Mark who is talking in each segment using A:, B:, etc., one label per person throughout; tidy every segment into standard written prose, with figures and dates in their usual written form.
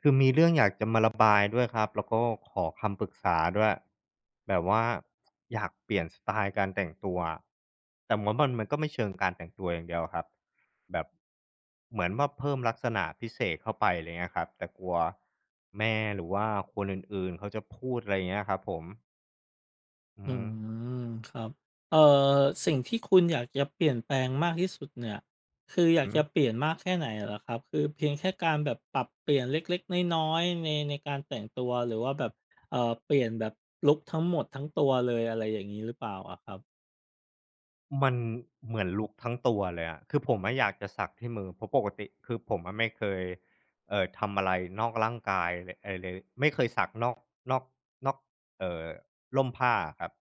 A: คือมีเรื่องอยากจะมาระบายด้วยครับแล้วก็ขอคำปรึกษาด้วยแบบว่าอยากเปลี่ยนสไตล์การแต่งตัวแต่เหมือนมันก็ไม่เชิงการแต่งตัวอย่างเดียวครับแบบเหมือนว่าเพิ่มลักษณะพิเศษเข้าไปอะไรเงี้ยครับแต่กลัวแม่หรือว่าคนอื่นๆเขาจะพูดอะไรเงี้ยครับผมอือ
B: อื
A: ฮึ
B: มครับ เอ่อสิ่งที่คุณอยากจะเปลี่ยนแปลงมากที่สุดเนี่ยคือ
A: อื
B: อ
A: อ
B: ยาก
A: ฮึ
B: จะเปลี่ยนมากแค่ไหนเหรอครับ คือเพียงแค่การแบบปรับเปลี่ยนเล็กๆน้อยๆในการแต่งตัวหรือว่าแบบ เปลี่ยนแบบลุกทั้งหมดทั้งตัวเลยอะไรอย่างงี้หรือเปล่าอะครับ
A: มันเหมือนลุกทั้งตัวเลยอะคือผมอะอยากจะสักที่มือเพราะปกติคือผมอะไม่เคยทำอะไรนอกร่างกายเลยอะไรเลยไม่เคยสักนอกนอกนอกเอ่อร่มผ้าอะครับ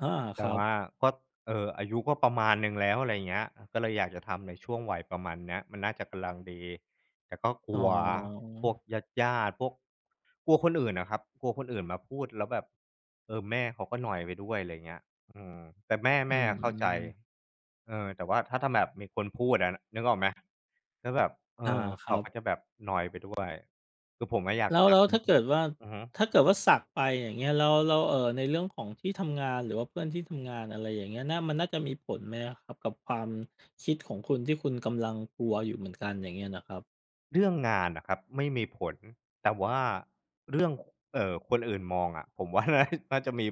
B: อาค
A: แต่
B: รับ
A: ว่าก็อายุก็ประมาณหนึ่งแล้วอะไรเงี้ยก็เลยอยากจะทำในช่วงวัยประมาณเนี้ยมันน่าจะกำลังดีแต่ก็ก
B: อ๋อ
A: ลัวอืมพวกญาติๆพวกกลัวคนอื่นอะครับกลัวคนอื่นมาพูดแล้วแบบเออแม่เขาก็นอยไปด้วยอะไรเงี้ย อืมแต่แม่
B: อื
A: แม่อะเข้าใจ
B: ม
A: เออแต่ว่าถ้าแบบมีคนพูดอะนึกออกไหมแล้วแบบเอ
B: อา
A: อ
B: ครับ
A: คือผมอะอยาก
B: แล้ว
A: อยา
B: แล้
A: ก
B: วถ้าเกิดว่า
A: อือฮึ
B: ถ้าเกิดว่าสักไปอย่างเงี้ยแล้วในเรื่องของที่ทำงานหรือว่าเพื่อนที่ทำงานอะไรอย่างเงี้ยน่ามันน่าจะมีผลไหมอะครับกับความคิดของคุณที่คุณกำลังกลัวอยู่เหมือนกันอย่างเงี้ยนะครับ
A: เรื่องงานนะครับไม่มีผลแต่ว่าเรื่องคนอื่นมองอะ ผมว่าน่าจะมี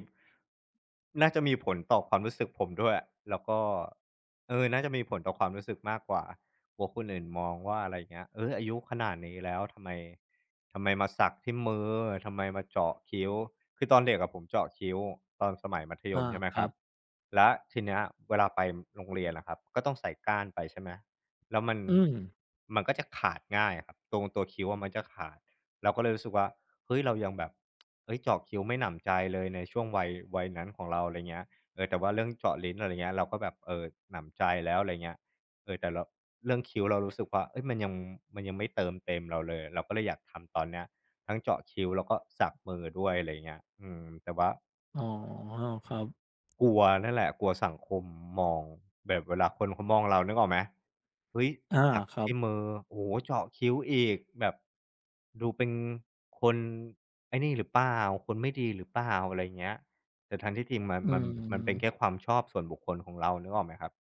A: น่าจะมีผลต่อความรู้สึกผมด้วยแล้วก็เออน่าจะมีผลต่อความรู้สึกมากกว่ากลัวคนอื่นมองว่าอะไรเงี้ยเฮ้ยอายุขนาดนี้แล้วทำไมมาสักที่มือทำไมมาเจาะคิ้วคือตอนเด็กอะผมเจาะคิ้วตอนสมัยมัธย
B: อา
A: มใช่ไหม
B: ค
A: ค
B: รั
A: รั
B: บ
A: บแล้วทีเนี้ยเวลาไปโรงเรียนอะครับก็ต้องใส่ก้านไปใช่ไหม แล้วมัน
B: อืม
A: มันก็จะขาดง่ายอะครับตรงตัวคิ้วอะมันจะขาดเราก็เลยรู้สึกว่าเฮ้ยเรายังแบบเฮ้ยเจาะคิ้วไม่หนำใจเลยในช่วงวัยนั้นของเราอะไรเงี้ยเออแต่ว่าเรื่องเจาะลิ้นอะไรเงี้ยเราก็แบบเออหนำใจแล้วอะไรเงี้ยเออแต่เราเรื่องคิ้วเรารู้สึกว่าเฮ้ยมันยังไม่เติมเต็มเราเลยเราก็เลยอยากทำตอนเนี้ยทั้งเจาะคิ้วแล้วก็สักมือด้วยอะไรเงี้ยอืมแต่ว่า
B: อ๋อครับ
A: กลัวนั่นแหละกลัวสังคมมองแบบเวลาคนเขามองเรานึกออกไหมเฮ้ย
B: อา
A: ถัก
B: ครับ
A: ที่มือโอ้โฮเจาะคิ้วอีกแบบดูเป็นคนไอ้นี่หรือเปล่าคนไม่ดีหรือเปล่าอะไรอย่างเงี้ยแต่ทั้งที่จริง
B: อื
A: มันเป็นแค่
B: ม
A: ความชอบส่วนบุคคลของเรานึกออกไหมครับ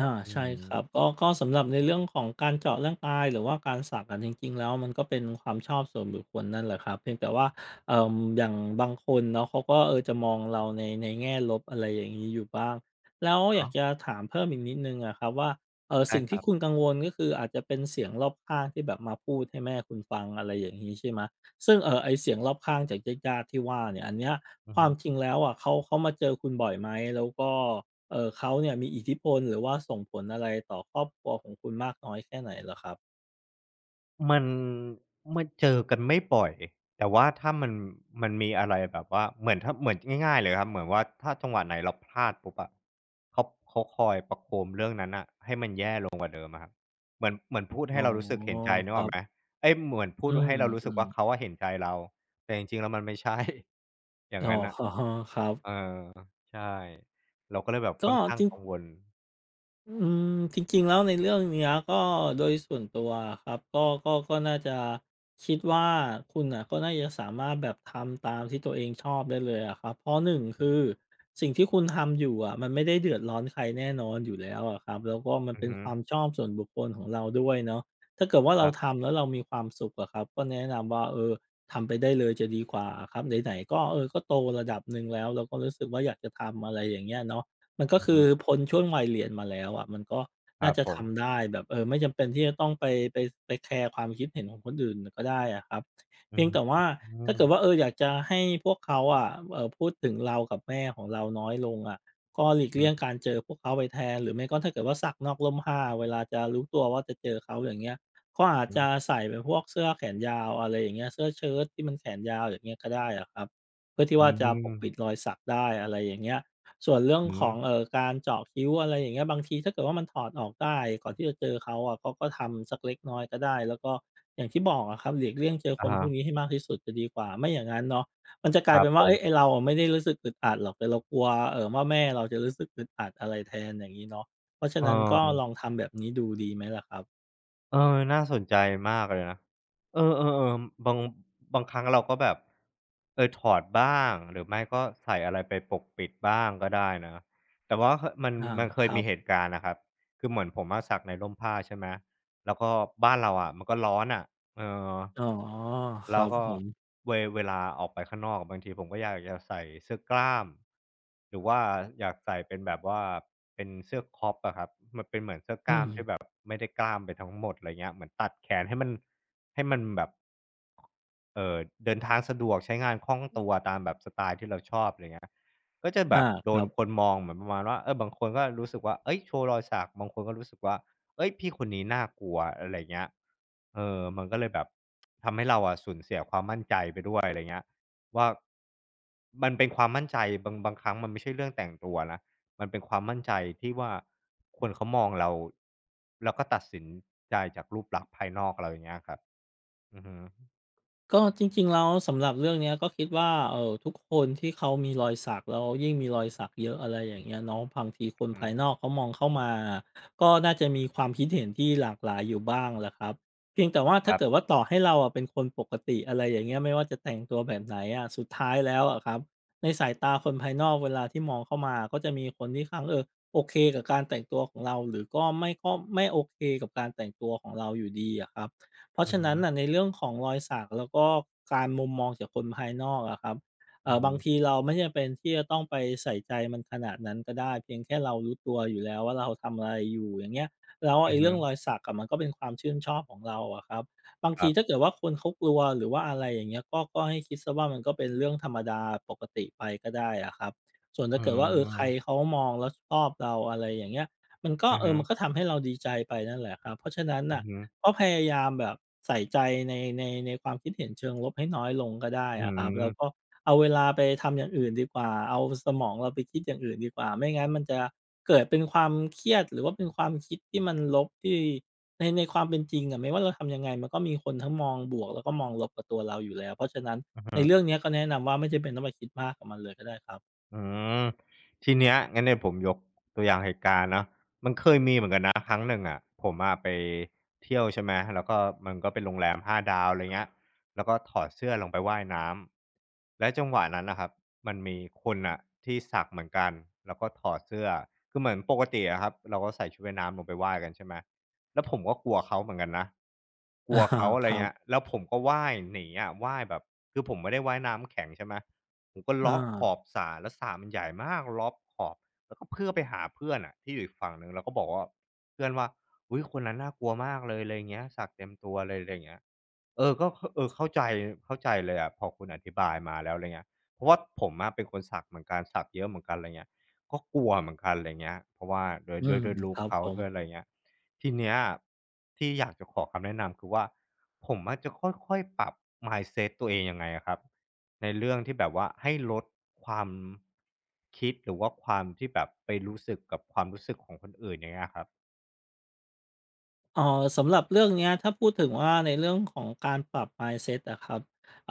B: อา
A: อื
B: ใช่
A: ม
B: ครับก็สำหรับในเรื่องของการเจาะเรื่องตายหรือว่าการสักกันจริงๆแล้วมันก็เป็นความชอบส่วนบุคคลนั่นแหละครับเพียงแต่ว่าอย่างบางคนเนาะเขาก็เออจะมองเราในแง่ลบอะไรอย่างงี้อยู่บ้างแล้วอยา
A: เนาะ
B: กจะถามเพิ่มอีกนิดหนึ่งอะครับว่าเออ
A: ใช่
B: สิ่ง
A: ค
B: ที่
A: รับ
B: คุณกังวลก็คืออาจจะเป็นเสียงรอบข้างที่แบบมาพูดให้แม่คุณฟังอะไรอย่างนี้ใช่ไหมยซึ่งเออไอเสียงรอบข้างจากญาติๆที่ว่าเนี่ยอันเนี้ย
A: อื
B: ค
A: อ
B: วา
A: ฮึ
B: มจริงแล้วอะเขามาเจอคุณบ่อยไหมแล้วก็ เขาเนี่ยมีอิทธิพลหรือว่าส่งผลอะไรต่อครอบครัวของคุณมากน้อยแค่ไหนเหรอครับ
A: มันมันเจอกันไม่บ่อยแต่ว่าถ้ามันมีอะไรแบบว่าเหมือนถ้าเหมือนง่ายๆเลยครับเหมือนว่าถ้าจังหวะไหนเราพลาดปุ๊บอะเขาเขาคอยประโคมเรื่องนั้นน่ะให้มันแย่เหมือนพูด
B: อ๋อ
A: ให้เรารู้สึกเห็นใจนึ
B: ค
A: กอ
B: รั
A: อกไหม
B: บ
A: เอ๊ยเหมือนพู
B: อื
A: ดให้เรารู้สึก
B: ม
A: ว่าเขา
B: ๆ
A: อะเห็นใจเราแต่จริงๆแล้วมันไม่ใช่ อย่าง
B: อ๋อ
A: งั้นน่ะ
B: ครับ
A: เออใช่เราก็เลยแบบค่
B: ก็
A: อนข้าง
B: จริง
A: กังวล
B: อืมจริงๆแล้วในเรื่องเนี้ยก็โดยส่วนตัวอะครับก็น่าจะคิดว่าคุณน่ะก็น่าจะสามารถแบบทำตามที่ตัวเองชอบได้เลยอะครับเพราะหนึ่งคือสิ่งที่คุณทำอยู่อะมันไม่ได้เดือดร้อนใครแน่นอนอยู่แล้วอะครับแล้วก็มัน
A: อือ
B: เป็น
A: ฮึ
B: ความชอบส่วนบุคคลของเราด้วยเนาะถ้าเกิดว่า
A: ค
B: เรา
A: รับ
B: ทำแล้วเรามีความสุขอะครับก็แนะนำว่าเออทำไปได้เลยจะดีกว่าอะครับไหนๆก็เออก็โตระดับหนึ่งแล้วเราก็รู้สึกว่าอยากจะทำอะไรอย่างเงี้ยเนาะ มันก็
A: อือ
B: คื
A: ฮึ
B: อพ้นช่วงวัยเรียนมาแล้วอะมันก็
A: ค
B: น่า
A: รับ
B: จะ
A: ผม
B: ทำได้แบบเออไม่จำเป็นที่จะต้องไปไปแคร์ความคิดเห็นของคนอื่นก็ได้อะครับ
A: อื
B: เพีย
A: ม
B: งแต่ว่า
A: อื
B: ถ้า
A: ม
B: เกิดว่าเอออยากจะให้พวกเขาอะพูดถึงเรากับแม่ของเราน้อยลงอะก็หลีก
A: อื
B: เลี่
A: อ
B: ยงกา
A: ฮ
B: รเจอพวกเขาไปแทนหรือไม่ก็ถ้าเกิดว่าสักนอกร่มผ้าเวลาจะรู้ตัวว่าจะเจอเขาอย่างเงี้ยก็อาจ
A: ึ
B: จะใส่เป็นพวกเสื้อแขนยาวอะไรอย่างเงี้ยเสื้อเชิ้ตที่มันแขนยาวอย่างเงี้ยก็ได้อะครับเพื่อที่
A: อื
B: ว่าจะปกปิด
A: ม
B: รอยสักได้อะไรอย่างเงี้ย ส่วนเรื่อง
A: อื
B: ข
A: ม
B: องการเจาะคิ้วอะไรอย่างเงี้ยบางทีถ้าเกิดว่ามันถอดออกได้ก่อนที่จะเจอเขาอะเขาก็ทำสักเล็กน้อยก็ได้แล้วก็อย่างที่บอกอะครับหลีกเลี่ยงเจอค
A: อะ
B: นพวกนี้
A: ฮะ
B: ให้มากที่สุดจะดีกว่าไม่อย่างนั้นเนาะมันจะก
A: ค
B: ลาย
A: รับ
B: เป็น
A: ผ
B: ว่าเอ้ยไอ้
A: ม
B: เราอะไม่ได้รู้สึกอึดอัดหรอกแต่เรากลัวว่าแม่เราจะรู้สึกอึดอัดอะไรแทนอย่างนี้เนาะเพราะฉะ
A: เอ
B: นั้นก็ลอง
A: อ
B: ทำแบบนี้ดูดีไหมล่ะครับ
A: เออน่าสนใจมากเลยนะเออๆๆบางครั้งเราก็แบบเออถอดบ้างหรือไม่ก็ใส่อะไรไปปกปิดบ้างก็ได้นะแต่ว่าคมัน
B: อา
A: มันเค
B: ค
A: ย
B: รั
A: มี
B: บ
A: เหตุการณ์น่ะครับคือเหมือนผมอะซักในร่มผ้าใช่ไหม แล้วก็บ้านเราอะมันก็ร้อนอะเออ
B: อ๋อค
A: แล้
B: รั
A: ว
B: บ
A: ก็
B: ผม
A: เวลาออกไปข้างนอกบางทีผมก็อยากจะใส่เสื้อกล้าม หรือว่าอยากใส่เป็นแบบว่า เป็นเสื้อครอปอะครับ ก็
B: อื
A: กล้าม
B: ม
A: ที่แบบไม่ได้กล้ามไปทั้งหมดอะไรเงี้ยเหมือนตัดแขนให้มันแบบเอ่อเดินทางสะดวกใช้งานคล่องตัวตามแบบสไตล์ที่เราชอบอะไรเงี้ยก็จะแบ
B: อา
A: บโด
B: ครั
A: นคน
B: บ
A: มองเหมือนประมาณว่าเออบางคนก็รู้สึกว่าเฮ้ยโชว์รอยสักบางคนก็รู้สึกว่าเฮ้ยพี่คนนี้น่ากลัวอะไรเงี้ยเออมันก็เลยแบบทำให้เราอะสูญเสียความมั่นใจไปด้วยอะไรเงี้ยว่ามันเป็นความมั่นใจบางครั้งมันไม่ใช่เรื่องแต่งตัวนะ มันเป็นความมั่นใจที่ว่าคนเขามองเราแล้วก็ตัดสินใจจากรูปลักษณ์ภายนอกเราอย่างเงี้ยครับอือฮึ
B: ก็จริงๆแล้วสำหรับเรื่องเนี้ยก็คิดว่าเอ่อทุกคนที่เขามีรอยสักแล้วยิ่งมีรอยสักเยอะอะไรอย่างเงี้ยเนาะบางทีคน
A: อือ
B: ภา
A: ฮึ
B: ยนอกเขามองเข้ามาก็น่าจะมีความคิดเห็นที่หลากหลายอยู่บ้างแหละครับเพียงแต่ว่า
A: ค
B: ถ้า
A: รั
B: เกิด
A: บ
B: ว่าต่อให้เราอะเป็นคนปกติอะไรอย่างเงี้ยไม่ว่าจะแต่งตัวแบบไหนอะสุดท้ายแล้วอะครับในสายตาคนภายนอกเวลาที่มองเข้ามาก็จะมีคนที่เขาเออโอเคกับการแต่งตัวของเราหรือก็ไม่โอเคกับการแต่งตัวของเราอยู่ดีอะครับ เพราะ
A: อือ
B: ฉะ
A: ฮึ
B: นั้นน่ะในเรื่องของรอยสักแล้วก็การมุมมองจากคนภายนอกอะครับ
A: อือฮึ
B: บางทีเราไม่จำเป็นที่จะต้องไปใส่ใจมันขนาดนั้นก็ได้เพียงแค่เรารู้ตัวอยู่แล้วว่าเราทำอะไรอยู่อย่างเงี้ยแล้ว
A: อือ
B: ไอ้เรื่
A: ฮึ
B: องรอยสักอะมันก็เป็นความชื่นชอบของเราอะครับบาง
A: ค
B: ที
A: รับ
B: ถ้าเกิดว่าคนเขากลัวหรือว่าอะไรอย่างเงี้ยก็ให้คิดเสียว่ามันก็เป็นเรื่องธรรมดาปกติไปก็ได้อะครับส่วน
A: อื
B: ถ้าเกิดว่าเออใคร
A: ม
B: เขามองแล้วชอบเราอะไรอย่างเงี้ยมันก็
A: อือ
B: เออ
A: ฮึ
B: มันก็ทำให้เราดีใจไปนั่นแหละครับเพราะฉะนั้น
A: อื
B: น่ะ
A: อฮึ
B: ก็พยายามแบบใส่ใจในความคิดเห็นเชิงลบให้น้อยลงก็ได้
A: อื
B: อะครับแล้วก็
A: ม
B: เอาเวลาไปทำอย่างอื่นดีกว่าเอาสมองเราไปคิดอย่างอื่นดีกว่าไม่งั้นมันจะเกิดเป็นความเครียดหรือว่าเป็นความคิดที่มันลบที่ในความเป็นจริงอะไม่ว่าเราทำยังไงมันก็มีคนทั้งมองบวกแล้วก็มองลบกับตัวเราอยู่แล้วเพราะฉะนั้น
A: อือ
B: ใน
A: ฮึ
B: เรื่องเนี้ยก็แนะนำว่าไม่จำเป็นต้องไปคิดมากกับมันเลยก็ได้ครับ
A: อืมทีเนี้ยงั้นเนี่ยผมยกตัวอย่างเหตุการณ์เนาะม อนนะครั้งหนึ่งอะผมอะไปเที่ยวใช่ไหมแล้วก็มันก็เป็นโรงแรม5ดาวอะไรเงี้ยแล้วก็ถอดเสื้อลงไปว่ายน้ำและจังหวะนั้นนะครับมันมีคนอ่ะที่สักเหมือนกันแล้วก็ถอดเสื้อคือเหมือนปกติอะครับเราก็ใส่ชุดว่ายน้ำลงไปว่ายกันใช่ไหมแล้วผมก็กลัวเขาเหมือนกันนะกลัว
B: อา
A: เขาอะ
B: ค
A: ไร
B: รั
A: เงี้ย
B: บ
A: แล้วผมก็ว่ายหนีอะว่ายแบบคือผมไม่ได้ว่ายน้ำแข็งใช่ไหมผมก็เล
B: อา
A: อกขอบสระแล้วสระมันใหญ่มากล็อกขอบแล้วก็เพื่อไปหาเพื่อนอะที่อยู่อีกฝั่งหนึ่งแล้วก็บอกว่า เพื่อนว่าอุ๊ยคนนั้นน่ากลัวมากเลยอะไรอย่างเงี้ยสักเต็มตัวเลยอะไรอย่างเงี้ยเออก็ขเออเข้าใจเข้าใจเลยอะพอคุณอธิบายมาแล้วอะไรเงี้ยเพราะว่าผมอะเป็นคนสักเหมือนกันสักเยอะเหมือนกันอะไรเงี้ยก็กลัวเหมือนกันอะไรเงี้ยเพราะว่าด้วย
B: อื
A: ด้วย
B: ม
A: ด้วยลุ
B: ค
A: ก
B: รับ
A: เขา
B: ผม
A: ด้วยอะไรเงี้ยทีเนี้ยที่อยากจะขอคำแนะนำคือว่าผมอะจะค่อยๆปรับ mindset ตัวเองยังไงอะครับในเรื่องที่แบบว่าให้ลดความคิดหรือว่าความที่แบบไปรู้สึกกับความรู้สึกของคนอื่นอย่างเงี้ยครับ
B: เอ่อสำหรับเรื่องเนี้ยถ้าพูดถึงว่าในเรื่องของการปรับ mindset อะครับเ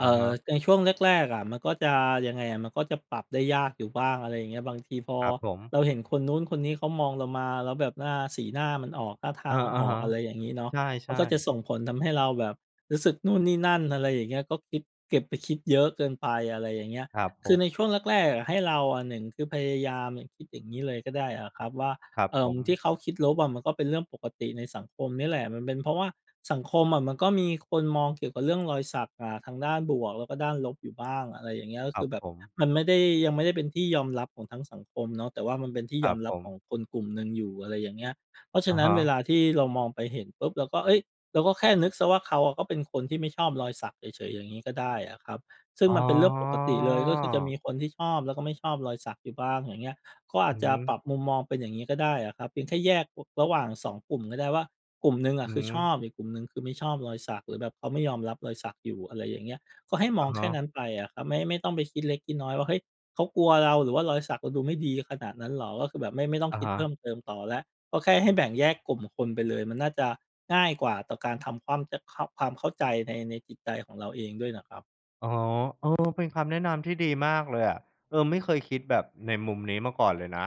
A: อะ
B: อ่อ
A: ฮะ
B: ในช่วงแรกๆอะมันก็จะยังไงอะมันก็จะปรับได้ยากอยู่บ้างอะไรอย่างเงี้ยบางทีพอ
A: ครับผม
B: เราเห็นคนนู้นคนนี้เขามองเรามาแล้วแบบหน้าสีหน้ามันออกท่าทา
A: เอ
B: ง
A: อ
B: มันอ
A: อะ
B: อก
A: ฮะ
B: อะไรอย่างนี้เนาะมัน
A: ใช่
B: ก็จะส่ง
A: ๆ
B: ผลทำให้เราแบบรู้สึกนู่นนี่นั่นอะไรอย่างเงี้ยก็คิดเก็บไปคิดเยอะเกินไปอะไรอย่างเงี้ย
A: ครับผ
B: คือใน
A: ม
B: ช่วงแรกๆอะให้เราอนหนึ่งคือพยายามคิดอย่างนี้เลยก็ได้อะครับว่า
A: ครับผม
B: ที่เขาคิดลบอะมันก็เป็นเรื่องปกติในสังคมนี่แหละมันเป็นเพราะว่าสังคมอะมันก็มีคนมองเกี่ยวกับเรื่องรอยสักอะทางด้านบวกแล้วก็ด้านลบอยู่บ้างอะไรอย่างเงี้ยก็
A: ครั
B: คื
A: บ
B: อแบบ
A: ผม
B: มันไม่ได้ยังไม่ได้เป็นที่ยอมรับของทั้งสังคมเนาะแต่ว่ามันเป็นที่
A: ค
B: ยอ
A: รับ
B: ม
A: ผ
B: รับ
A: ม
B: ของคนกลุ่มหนึ่งอยู่อะไรอย่างเงี้ยเพราะฉะ
A: อะ
B: นั้น
A: ฮะ
B: เวลาที่เรามองไปเห็นปุ๊บเราก็เอ้ยเราก็แค่นึกเะว่าเขาอะก็เป็นคนที่ไม่ชอบรอยสักเฉยๆอย่างงี้ก็ได้อะครับซึ่ง
A: อ๋
B: มั
A: อ
B: นเป็นเรื่องปกติเลยก็คือจะมีคนที่ชอบแล้วก็ไม่ชอบรอยสักอยู่บ้างอย่างเงี้ย ก็อาจ
A: อือ
B: จะ
A: ฮึ
B: ปรับมุมมองเป็นอย่างนี้ก็ได้อะครับเพียงแค่แยกระหว่าง2กลุ่มก็ได้ว่ากลุ่มหนึ่งอะ
A: อือ
B: คือ
A: ฮึ
B: ชอบอีกกลุ่มหนึ่งคือไม่ชอบรอยสักหรือแบบเขาไม่ยอมรับรอยสักอยู่อะไรอย่างเงี้ยก็ให้มอ
A: อะ
B: งแค่
A: ฮะ
B: นั้นไปอะครับไม่ต้องไปคิดเล็กคิดน้อยว่าเฮ้ยเขากลัวเราหรือว่ารอยสักเราดูไม่ดีขนาดนั้นเหรอก็คือแบบไม่ต้อง
A: อะ
B: คิด
A: ฮะ
B: เพิ่มเติมต่อแล้วก็แค่ให้แบ่งแยกกลุ่มคนไปเลยมันน่าจะง่ายกว่าต่อการทำความจะเข้าความเข้าใจในจิตใจของเราเองด้วยนะครับ
A: อ๋อเออเป็นคำแนะนำที่ดีมากเลยอะเออไม่เคยคิดแบบในมุมนี้มาก่อนเลยนะ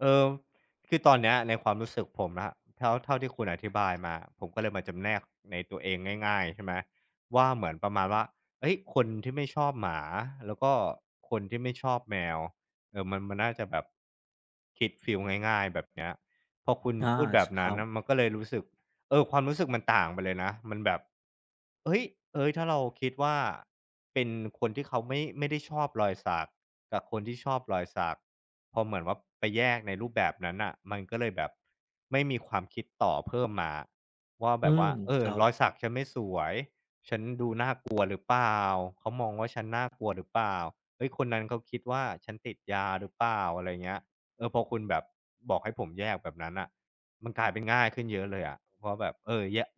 A: เออคือตอนเนี้ยในความรู้สึกผมนะเท่าที่คุณอธิบายมาผมก็เลยมาจำแนกในตัวเองง่ายๆใช่ไหมว่าเหมือนประมาณว่าเฮ้ยคนที่ไม่ชอบหมาแล้วก็คนที่ไม่ชอบแมวเออมันน่าจะแบบคิดฟีลง่ายๆแบบเนี้ยพอคุณ
B: อา
A: พูดแบ
B: ช
A: บ
B: ค
A: นั้
B: รั
A: นน่ะมั
B: บ
A: นก็เลยรู้สึก เออความรู้สึกมันต่างไปเลยนะมันแบบเฮ้ยเอ้ยถ้าเราคิดว่าเป็นคนที่เขาไม่ได้ชอบรอยสักกับคนที่ชอบรอยสักพอเหมือนว่าไปแยกในรูปแบบนั้นน่ะมันก็เลยแบบไม่มีความคิดต่อเพิ่มมาว่า
B: อื
A: แบบ
B: ม
A: ว่าเอ
B: ค
A: อ
B: รับ
A: รอยสักฉันไม่สวยกลัวหรือเปล่าเขามองว่าฉันน่ากลัวหรือเปล่าเฮ้ยคนนั้นเขาคิดว่าฉันติดยาหรือเปล่าอะไรเงี้ยเออพอคุณแบบบอกให้ผมแยกแบบนั้นน่ะมันกลายเป็นง่ายขึ้นเยอะเลยอะเพราะแบบเออแยะ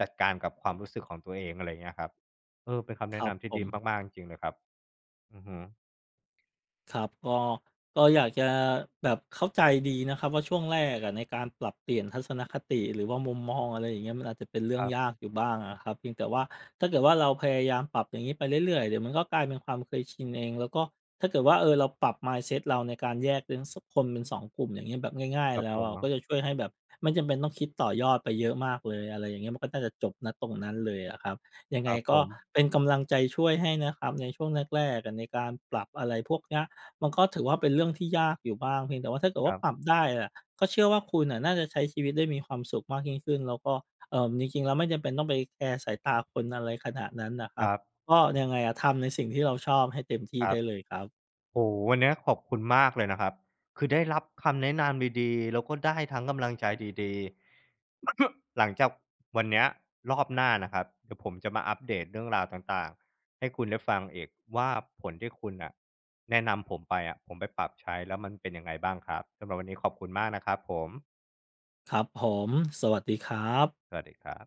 A: จัดการกับความรู้สึกของตัวเองอะไรเงี้ยครับเออเป็นคำ
B: ค
A: แนะ
B: รับ
A: นำ
B: ผ
A: ที่
B: ม
A: ดีมากๆจริงๆเลยครับอือฮึ
B: ครับก็อยากจะแบบเข้าใจดีนะครับว่าช่วงแรกอะในการปรับเปลี่ยนทัศนคติหรือว่ามุมมองอะไรอย่างเงี้ยมันอาจจะเป็นเรื่
A: ค
B: อง
A: รั
B: ยา
A: บ
B: กอยู่บ้างอะครับเพียงแต่ว่าถ้าเกิดว่าเราพยายามปรับอย่างนี้ไปเรื่อยๆเดี๋ยวมันก็กลายเป็นความเคยชินเองแล้วก็ถ้าเกิดว่าเออเราปรับ mindset เราในการแยกเป็นสกคนเป็นสองกลุ่มอย่างเงี้ยแบบง่าย
A: ครั
B: ๆ
A: บ
B: แล้
A: ผ
B: ว
A: ม
B: อะก็จะช่วยให้แบบไม่จำเป็นต้องคิดต่อยอดไปเยอะมากเลยอะไรอย่างเงี้ยมันก็น่าจะจบณตรงนั้นเลยอะครับยัง
A: ค
B: ไง
A: รับผ
B: ก็
A: ม
B: เป็นกำลังใจช่วยให้นะครับในช่วงแรกๆอะในการปรับอะไรพวกเนี้ย มันก็ถือว่าเป็นเรื่องที่ยากอยู่บ้างเพียงแต่ว่าถ้าเกิด
A: ค
B: ว่า
A: รั
B: ปรับ
A: บ
B: ได้อะก็เชื่อว่าคุณน่ะน่าจะใช้ชีวิตได้มีความสุขมากยิ่งขึ้นแล้วก็จริงๆแล้วไม่จำเป็นต้องไปแคร์สายตาคนอะไรขนาดนั้นน่ะค
A: ค
B: รับ
A: รับ
B: ก็ยังไงอะทำในสิ่งที่เราชอบให้เต็มที่
A: ครับ
B: ได้เลยครับ
A: โอ้โฮวันเนี้ยขอบคุณมากเลยนะครับคือได้รับคำแนะนำดีๆแล้วก็ได้ทั้งกำลังใจดีๆหลังจากวันเนี้ยรอบหน้านะครับเดี๋ยวผมจะมาอัปเดตเรื่องราวต่างๆให้คุณได้ฟังอีกว่าผลที่คุณน่ะแนะนำผมไปอะผมไปปรับใช้แล้วมันเป็นยังไงบ้างครับสำหรับวันนี้ขอบคุณมากนะครับผม
B: ครับผมสวัสดีครับ
A: สวัสดีครับ